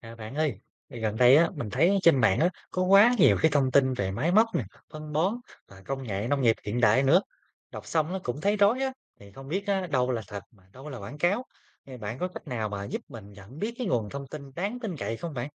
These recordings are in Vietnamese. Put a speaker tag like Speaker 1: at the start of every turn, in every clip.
Speaker 1: À, bạn ơi, gần đây á mình thấy trên mạng á có quá nhiều cái thông tin về máy móc nè, phân bón và công nghệ nông nghiệp hiện đại nữa. Đọc xong nó cũng thấy rối á, thì không biết á, đâu là thật mà đâu là quảng cáo. Thì bạn có cách nào mà giúp mình nhận biết cái nguồn thông tin đáng tin cậy không bạn?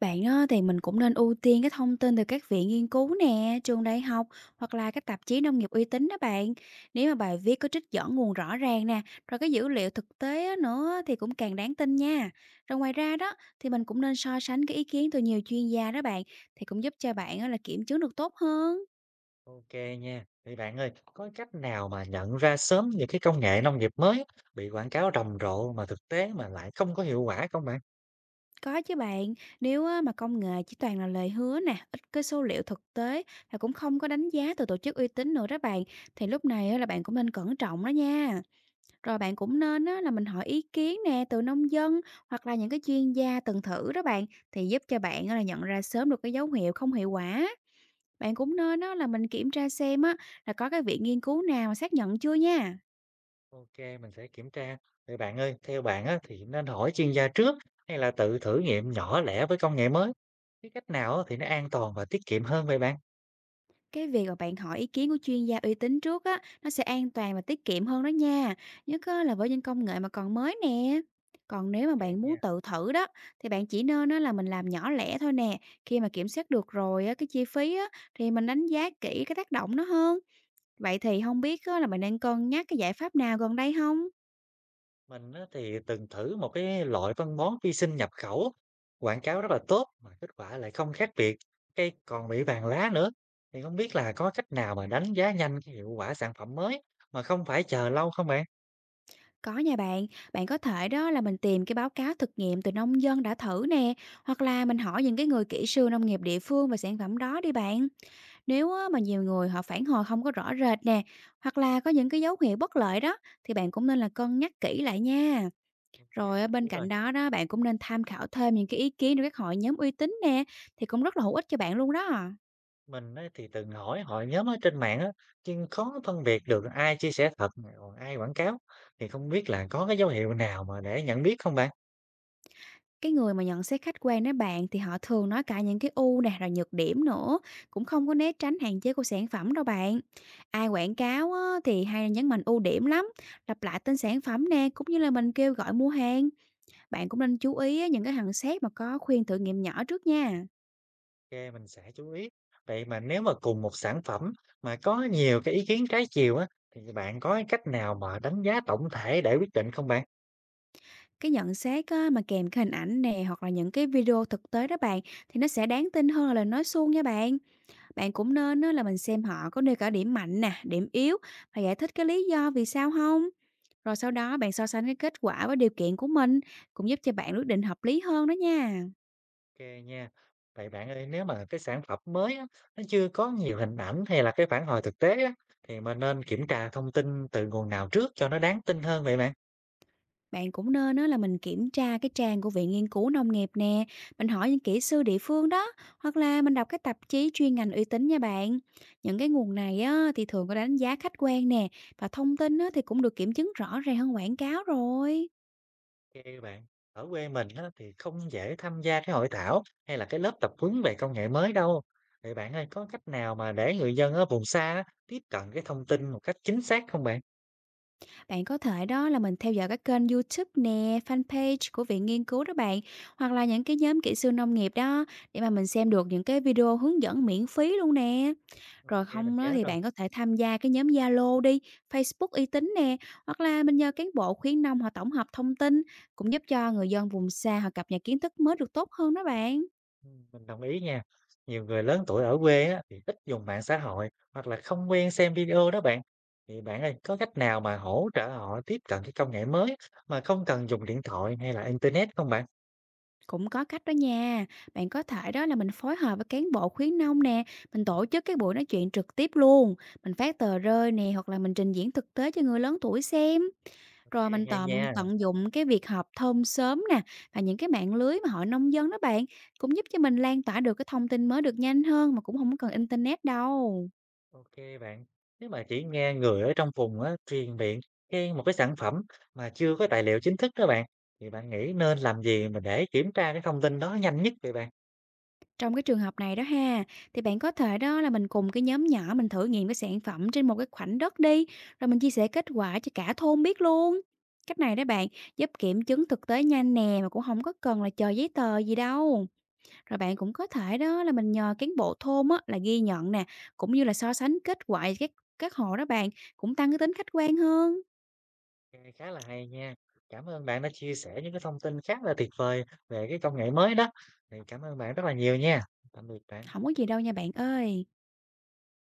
Speaker 2: Bạn á, thì mình cũng nên ưu tiên cái thông tin từ các viện nghiên cứu nè, trường đại học hoặc là các tạp chí nông nghiệp uy tín đó bạn. Nếu mà bài viết có trích dẫn nguồn rõ ràng nè, rồi cái dữ liệu thực tế á nữa thì cũng càng đáng tin nha. Rồi ngoài ra đó thì mình cũng nên so sánh cái ý kiến từ nhiều chuyên gia đó bạn, thì cũng giúp cho bạn á là kiểm chứng được tốt hơn.
Speaker 1: Ok nha. Thì bạn ơi, có cách nào mà nhận ra sớm những cái công nghệ nông nghiệp mới bị quảng cáo rầm rộ mà thực tế mà lại không có hiệu quả không bạn?
Speaker 2: Có chứ bạn, nếu á, mà công nghệ chỉ toàn là lời hứa nè, ít cái số liệu thực tế và cũng không có đánh giá từ tổ chức uy tín nữa đó bạn, thì lúc này á, là bạn cũng nên cẩn trọng đó nha. Rồi bạn cũng nên á, là mình hỏi ý kiến nè từ nông dân hoặc là những cái chuyên gia từng thử đó bạn, thì giúp cho bạn á, là nhận ra sớm được cái dấu hiệu không hiệu quả. Bạn cũng nên á, là mình kiểm tra xem á, là có cái viện nghiên cứu nào mà xác nhận chưa nha.
Speaker 1: OK, mình sẽ kiểm tra. Vậy bạn ơi, theo bạn á, thì nên hỏi chuyên gia trước hay là tự thử nghiệm nhỏ lẻ với công nghệ mới? Cái cách nào á, thì nó an toàn và tiết kiệm hơn vậy bạn?
Speaker 2: Cái việc mà bạn hỏi ý kiến của chuyên gia uy tín trước á, nó sẽ an toàn và tiết kiệm hơn đó nha. Nhất á, là với những công nghệ mà còn mới nè. Còn nếu mà
Speaker 1: OK
Speaker 2: bạn
Speaker 1: nha.
Speaker 2: muốn tự thử đó, thì bạn chỉ nên á, là mình làm nhỏ lẻ thôi nè. Khi mà kiểm soát được rồi á, cái chi phí á, thì mình đánh giá kỹ cái tác động nó hơn. Vậy thì không biết á, là bạn đang cân nhắc cái giải pháp nào gần đây không?
Speaker 1: Mình á, thì từng thử một cái loại phân bón vi sinh nhập khẩu, quảng cáo rất là tốt mà kết quả lại không khác biệt, cây còn bị vàng lá nữa. Thì không biết là có cách nào mà đánh giá nhanh cái hiệu quả sản phẩm mới mà không phải chờ lâu không bạn?
Speaker 2: Có nha bạn, bạn có thể đó là mình tìm cái báo cáo thực nghiệm từ nông dân đã thử nè, hoặc là mình hỏi những cái người kỹ sư nông nghiệp địa phương về sản phẩm đó đi bạn. Nếu á, mà nhiều người họ phản hồi không có rõ rệt nè, hoặc là có những cái dấu hiệu bất lợi đó, thì bạn cũng nên là cân nhắc kỹ lại nha.
Speaker 1: OK,
Speaker 2: Rồi á,
Speaker 1: mình hiểu
Speaker 2: bên
Speaker 1: rồi.
Speaker 2: cạnh đó đó, bạn cũng nên tham khảo thêm những cái ý kiến từ các hội nhóm uy tín nè, thì cũng rất là hữu ích cho bạn luôn đó.
Speaker 1: Mình ấy thì từng hỏi hội nhóm ở trên mạng á, nhưng khó phân biệt được ai chia sẻ thật mà còn ai quảng cáo. Thì không biết là có cái dấu hiệu nào mà để nhận biết không bạn?
Speaker 2: Cái người mà nhận xét khách quan đến bạn thì họ thường nói cả những cái ưu nè, rồi nhược điểm nữa, cũng không có né tránh hạn chế của sản phẩm đâu bạn. Ai quảng cáo á, thì hay nhấn mạnh ưu điểm lắm, lặp lại tên sản phẩm nè, cũng như là mình kêu gọi mua hàng. Bạn cũng nên chú ý á, những cái nhận xét mà có khuyên thử nghiệm nhỏ trước nha.
Speaker 1: Ok, mình sẽ chú ý. Vậy mà nếu mà cùng một sản phẩm mà có nhiều cái ý kiến trái chiều á, thì bạn có cái cách nào mà đánh giá tổng thể để quyết định không bạn?
Speaker 2: Cái nhận xét á, mà kèm cái hình ảnh nè hoặc là những cái video thực tế đó bạn, thì nó sẽ đáng tin hơn là lời nói suông nha bạn. Bạn cũng nên á, là mình xem họ có nêu cả điểm mạnh nè, điểm yếu và giải thích cái lý do vì sao không. Rồi sau đó bạn so sánh cái kết quả với điều kiện của mình cũng giúp cho bạn quyết định hợp lý hơn đó nha.
Speaker 1: Ok nha. Vậy bạn ơi, nếu mà cái sản phẩm mới á, nó chưa có nhiều hình ảnh hay là cái phản hồi thực tế á, thì mình nên kiểm tra thông tin từ nguồn nào trước cho nó đáng tin hơn vậy bạn?
Speaker 2: Bạn cũng nên á, là mình kiểm tra cái trang của Viện Nghiên cứu Nông nghiệp nè, mình hỏi những kỹ sư địa phương đó, hoặc là mình đọc cái tạp chí chuyên ngành uy tín nha bạn. Những cái nguồn này á, thì thường có đánh giá khách quan nè, và thông tin á, thì cũng được kiểm chứng rõ ràng hơn quảng cáo rồi.
Speaker 1: Kê bạn, ở quê mình á, thì không dễ tham gia cái hội thảo hay là cái lớp tập huấn về công nghệ mới đâu. Vậy bạn ơi, có cách nào mà để người dân ở vùng xa á, tiếp cận cái thông tin một cách chính xác không bạn?
Speaker 2: Bạn có thể đó là mình theo dõi các kênh YouTube nè, fanpage của Viện Nghiên cứu đó bạn, hoặc là những cái nhóm kỹ sư nông nghiệp đó, để mà mình xem được những cái video hướng dẫn miễn phí luôn nè.
Speaker 1: Ok,
Speaker 2: Rồi
Speaker 1: mình
Speaker 2: không đó
Speaker 1: nhớ
Speaker 2: thì
Speaker 1: rồi.
Speaker 2: bạn có thể tham gia cái nhóm Zalo đi, Facebook uy tín nè, hoặc là mình nhờ cán bộ khuyến nông họ tổng hợp thông tin, cũng giúp cho người dân vùng xa họ cập nhật kiến thức mới được tốt hơn đó bạn.
Speaker 1: Ừ, mình đồng ý nha. Nhiều người lớn tuổi ở quê á, thì ít dùng mạng xã hội hoặc là không quen xem video đó bạn. Thì bạn ơi, có cách nào mà hỗ trợ họ tiếp cận cái công nghệ mới mà không cần dùng điện thoại hay là internet không bạn?
Speaker 2: Cũng có cách đó nha, bạn có thể đó là mình phối hợp với cán bộ khuyến nông nè, mình tổ chức cái buổi nói chuyện trực tiếp luôn, mình phát tờ rơi nè, hoặc là mình trình diễn thực tế cho người lớn tuổi xem.
Speaker 1: Ok,
Speaker 2: Rồi mình
Speaker 1: hay
Speaker 2: tận
Speaker 1: nha.
Speaker 2: tận dụng cái việc họp thôn sớm nè, và những cái mạng lưới mà hội nông dân đó bạn, cũng giúp cho mình lan tỏa được cái thông tin mới được nhanh hơn mà cũng không cần internet đâu.
Speaker 1: OK bạn. Nếu mà chỉ nghe người ở trong vùng á, truyền miệng khen một cái sản phẩm mà chưa có tài liệu chính thức đó bạn, thì bạn nghĩ nên làm gì mà để kiểm tra cái thông tin đó nhanh nhất vậy bạn?
Speaker 2: Trong cái trường hợp này đó ha, thì bạn có thể đó là mình cùng cái nhóm nhỏ mình thử nghiệm cái sản phẩm trên một cái khoảnh đất đi, rồi mình chia sẻ kết quả cho cả thôn biết luôn. Cách này đó bạn, giúp kiểm chứng thực tế nhanh nè, mà cũng không có cần là chờ giấy tờ gì đâu. Rồi bạn cũng có thể đó là mình nhờ cán bộ thôn á, là ghi nhận nè, cũng như là so sánh kết quả các hộ đó bạn, cũng tăng cái tính khách quan hơn.
Speaker 1: Nghe khá là hay nha. Cảm ơn bạn đã chia sẻ những cái thông tin khá là tuyệt vời về cái công nghệ mới đó. Thì cảm ơn bạn rất là nhiều nha. Tạm biệt bạn.
Speaker 2: Không có gì đâu nha bạn ơi.